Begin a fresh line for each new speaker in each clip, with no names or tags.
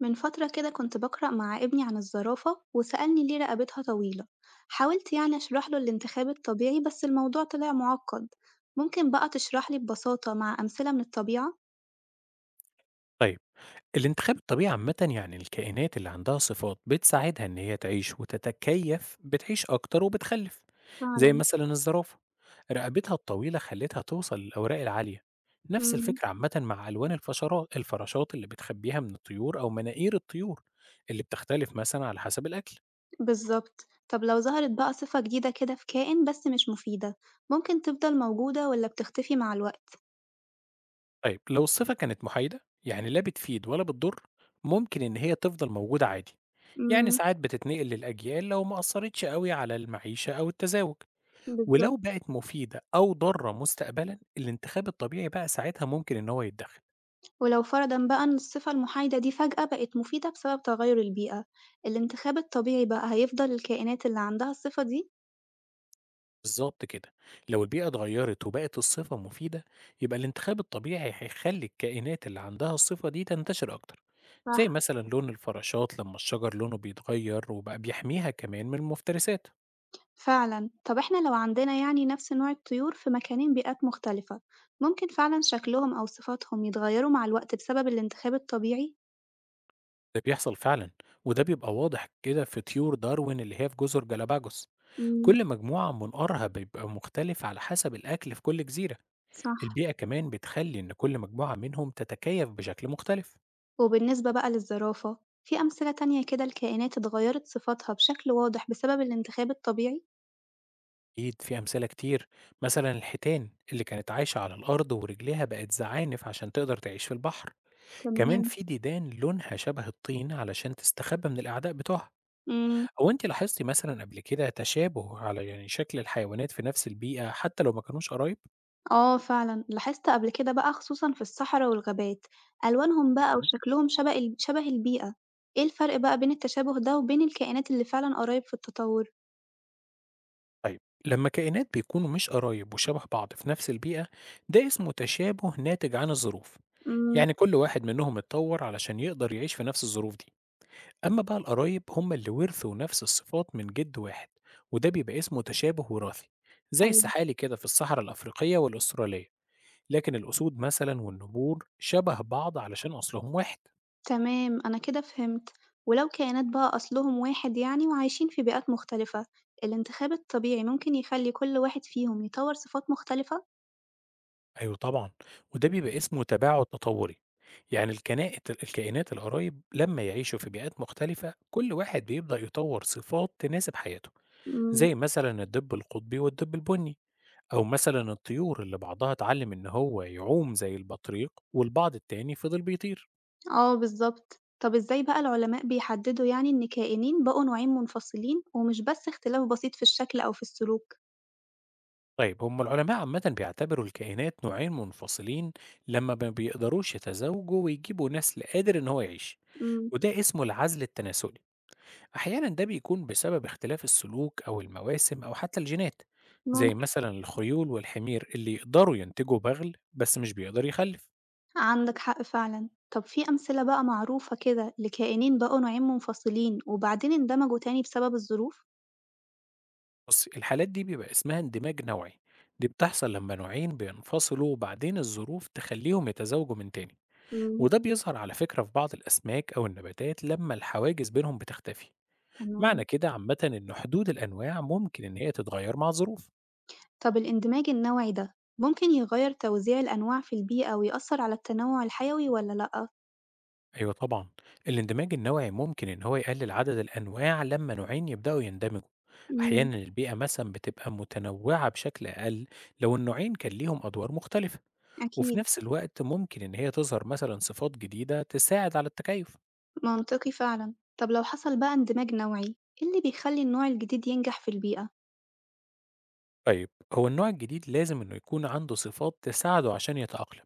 من فترة كده كنت بقرأ مع ابني عن الزرافة وسألني ليه رقبتها طويلة. حاولت أشرح له الانتخاب الطبيعي، بس الموضوع طلع معقد. ممكن بقى تشرح لي ببساطة مع أمثلة من الطبيعة؟
طيب. الانتخاب الطبيعي عامة يعني الكائنات اللي عندها صفات بتساعدها إن هي تعيش وتتكيف بتعيش أكتر وبتخلف. زي
فعلا.
مثلا الزرافة، رقبتها الطويلة خلتها توصل للأوراق العالية. نفس
مم.
الفكرة عامة مع ألوان الفراشات اللي بتخبيها من الطيور، أو مناقير الطيور اللي بتختلف مثلا على حسب الأكل.
بالظبط. طب لو ظهرت بقى صفة جديدة كده في كائن بس مش مفيدة، ممكن تفضل موجودة ولا بتختفي مع الوقت؟
طيب لو الصفة كانت محايدة، يعني لا بتفيد ولا بتضر، ممكن إن هي تفضل موجودة عادي. يعني
مم.
ساعات بتتنقل للأجيال لو ما أثرتش قوي على المعيشة أو التزاوج. ولو
بالظبط.
بقت مفيدة أو ضارة مستقبلًا، الانتخاب الطبيعي بقى ساعتها ممكن إن هو يتدخل.
ولو فرضا بقى إن الصفة المحايدة دي فجأة بقت مفيدة بسبب تغير البيئة، الانتخاب الطبيعي بقى هيفضل الكائنات اللي عندها الصفة دي؟
بالضبط كده، لو البيئة اتغيرت وبقت الصفة مفيدة، يبقى الانتخاب الطبيعي هيخلّي الكائنات اللي عندها الصفة دي تنتشر أكتر. زي
صح.
مثلًا لون الفراشات لمّا الشجر لونه بيتغير وبقى بيحميها كمان من المفترسات.
فعلا. طب احنا لو عندنا نفس نوع الطيور في مكانين بيئات مختلفة، ممكن فعلا شكلهم أو صفاتهم يتغيروا مع الوقت بسبب الانتخاب الطبيعي؟
ده بيحصل فعلًا، وده بيبقى واضح كده في طيور داروين اللي هي في جزر جالاباجوس.
مم،
كل مجموعة من قرها بيبقى مختلف على حسب الأكل في كل جزيرة.
صح.
البيئة كمان بتخلي إن كل مجموعة منهم تتكيف بشكل مختلف.
وبالنسبة بقى للزرافة، في أمثلة تانية كده الكائنات اتغيرت صفاتها بشكل واضح بسبب الانتخاب الطبيعي؟
أكيد في أمثلة كتير. مثلا الحيتان اللي كانت عايشة على الأرض ورجليها بقت زعانف عشان تقدر تعيش في البحر. كمان
تمام.
في ديدان لونها شبه الطين علشان تستخبى من الأعداء بتوعها.
مم.
أو أنت لاحظتي مثلا قبل كده تشابه على يعني شكل الحيوانات في نفس البيئة حتى لو ما كانوش قرايب؟
اه، فعلا لاحظت قبل كده بقى، خصوصا في الصحراء والغابات، ألوانهم بقى وشكلهم شبه شبه البيئة. ايه الفرق بقى بين التشابه ده وبين الكائنات اللي فعلا قريب في التطور؟
طيب، لما كائنات بيكونوا مش قرايب وشبه بعض في نفس البيئة، ده اسمه تشابه ناتج عن الظروف.
مم.
يعني كل واحد منهم اتطور علشان يقدر يعيش في نفس الظروف دي. أما بقى القرايب هم اللي ورثوا نفس الصفات من جد واحد، وده بيبقى اسمه تشابه وراثي، زي
أيوة.
السحالي كده في الصحراء الأفريقية والأسترالية. لكن الأسود مثلا والنبور شبه بعض علشان أصلهم واحد.
تمام، أنا كده فهمت. ولو كائنات بقى أصلهم واحد وعايشين في بيئات مختلفة، الانتخاب الطبيعي ممكن يخلي كل واحد فيهم يطور صفات مختلفة؟
أيوه طبعًا، وده بيبقى اسمه تباعد تطوّري. يعني الكائنات القرايب لمّا يعيشوا في بيئات مختلفة كل واحد بيبدأ يطوّر صفات تناسب حياته،
مم.
زي مثلًا الدب القطبي والدب البني، أو مثلًا الطيور اللي بعضها اتعلم إن هو يعوم زي البطريق والبعض التاني فضل بيطير.
اه، بالظبط. طب ازاي بقى العلماء بيحددوا إن كائنين بقوا نوعين منفصلين، ومش بس اختلاف بسيط في الشكل أو في السلوك؟
طيب، هم العلماء عامةً بيعتبروا الكائنات نوعين منفصلين لمّا ما بيقدروش يتزاوجوا ويجيبوا نسل قادر إن هو يعيش،
مم.
وده اسمه العزل التناسلي. أحيانا ده بيكون بسبب اختلاف السلوك أو المواسم أو حتى الجينات، زي
ممكن.
مثلا الخيول والحمير اللي يقدروا ينتجوا بغل بس مش بيقدر يخلف.
عندك حق فعلا. طب في أمثلة بقى معروفة كده لكائنين بقوا نوعين منفصلين وبعدين اندمجوا تاني بسبب الظروف؟
بص، الحالات دي بيبقى اسمها اندماج نوعي. دي بتحصل لما نوعين بينفصلوا وبعدين الظروف تخليهم يتزاوجوا من تاني.
مم.
وده بيظهر على فكرة في بعض الأسماك أو النباتات لما الحواجز بينهم بتختفي. معنى
تمام.
كده عامة إن حدود الأنواع ممكن إن هي تتغير مع الظروف.
طب الاندماج النوعي ده ممكن يغير توزيع الأنواع في البيئة ويأثر على التنوع الحيوي ولا لأ؟
أيوه طبعًا، الاندماج النوعي ممكن إن هو يقلل عدد الأنواع لمّا نوعين يبدأوا يندمجوا.
إمم،
أحيانًا البيئة مثلًا بتبقى متنوعة بشكل أقل لو النوعين كان ليهم أدوار مختلفة، وفي
أكيد.
نفس الوقت ممكن إن هي تظهر مثلًا صفات جديدة تساعد على التكيف.
منطقي فعلًا. طب لو حصل بقى اندماج نوعي، إيه اللي بيخلي النوع الجديد ينجح في البيئة؟
طيب، هو النوع الجديد لازم إنه يكون عنده صفات تساعده عشان يتأقلم،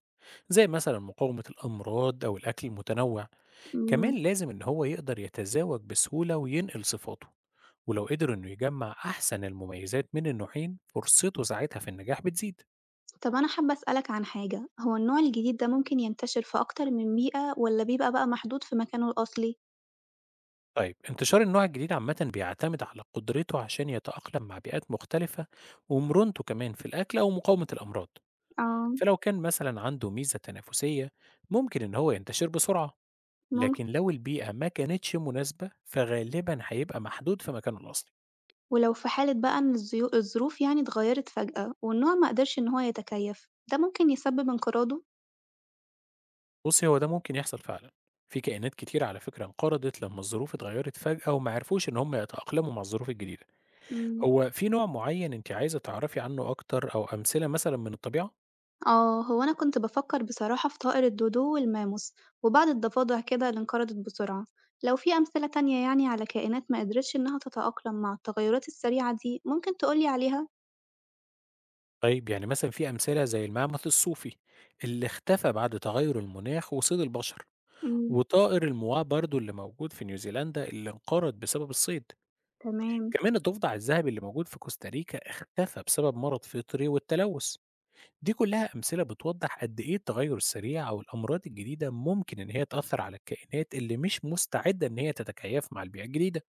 زي مثلًا مقاومة الأمراض أو الأكل المتنوع.
إمم.
كمان لازم إن هو يقدر يتزاوج بسهولة وينقل صفاته. ولو قدر إنه يجمع أحسن المميزات من النوعين فرصته ساعتها في النجاح بتزيد.
طب أنا حابة أسألك عن حاجة، هو النوع الجديد ده ممكن ينتشر في أكتر من بيئة ولا بيبقى بقى محدود في مكانه الأصلي؟
طيب، انتشار النوع الجديد عامة بيعتمد على قدرته عشان يتأقلم مع بيئات مختلفة، ومرونته كمان في الأكل أو مقاومة الأمراض.
آه.
فلو كان مثلا عنده ميزة تنافسية ممكن إن هو ينتشر بسرعة.
ممكن.
لكن لو البيئة ما كانتش مناسبة فغالبا هيبقى محدود في مكانه الأصلي.
ولو في حالة بقى إن الظروف اتغيرت فجأة والنوع ما قدرش إن هو يتكيف، ده ممكن يسبب انقراضه؟
بصي، هو ده ممكن يحصل فعلا. في كائنات كتير على فكرة انقرضت لما الظروف اتغيرت فجأة وما عرفوش إن هم يتأقلموا مع الظروف الجديدة.
إمم.
هو في نوع معين أنتِ عايزة تعرفي عنه أكتر أو أمثلة مثلًا من الطبيعة؟
آه، هو أنا كنت بفكر بصراحة في طائر الدودو والماموس وبعض الضفادع كده اللي انقرضت بسرعة. لو في أمثلة تانية على كائنات ما قدرتش إنها تتأقلم مع التغيرات السريعة دي، ممكن تقولي عليها؟
طيب يعني مثلًا في أمثلة زي المعمل الصوفي اللي اختفى بعد تغير المناخ وصيد البشر،
مم.
وطائر المواه برضه اللي موجود في نيوزيلندا اللي انقرض بسبب الصيد،
تمام.
كمان الضفدع الذهبي اللي موجود في كوستاريكا اختفى بسبب مرض فطري والتلوث. دي كلها أمثلة بتوضح قد إيه التغير السريع أو الأمراض الجديدة ممكن إن هي تأثر على الكائنات اللي مش مستعدة إن هي تتكيف مع البيئة الجديدة.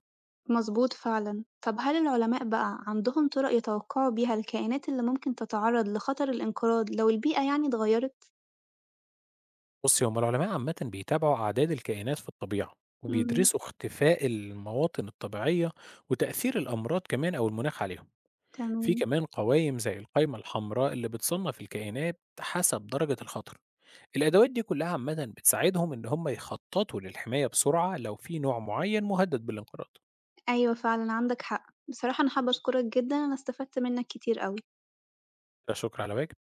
مظبوط فعلا. طب هل العلماء بقى عندهم طرق يتوقعوا بيها الكائنات اللي ممكن تتعرض لخطر الانقراض لو البيئة اتغيرت؟
بصي، هما العلماء عامة بيتابعوا أعداد الكائنات في الطبيعة،
مم.
وبيدرسوا اختفاء المواطن الطبيعية وتأثير الأمراض كمان أو المناخ عليهم. في
تمام.
كمان قوائم زي القائمة الحمراء اللي بتصنف الكائنات حسب درجة الخطر. الأدوات دي كلها عامة بتساعدهم إن هما يخططوا للحماية بسرعة لو في نوع معين مهدد بالانقراض.
أيوة فعلا عندك حق. بصراحة أنا حابة أشكرك جدا، أنا استفدت منك كتير أوي.
لا شكر على واجب.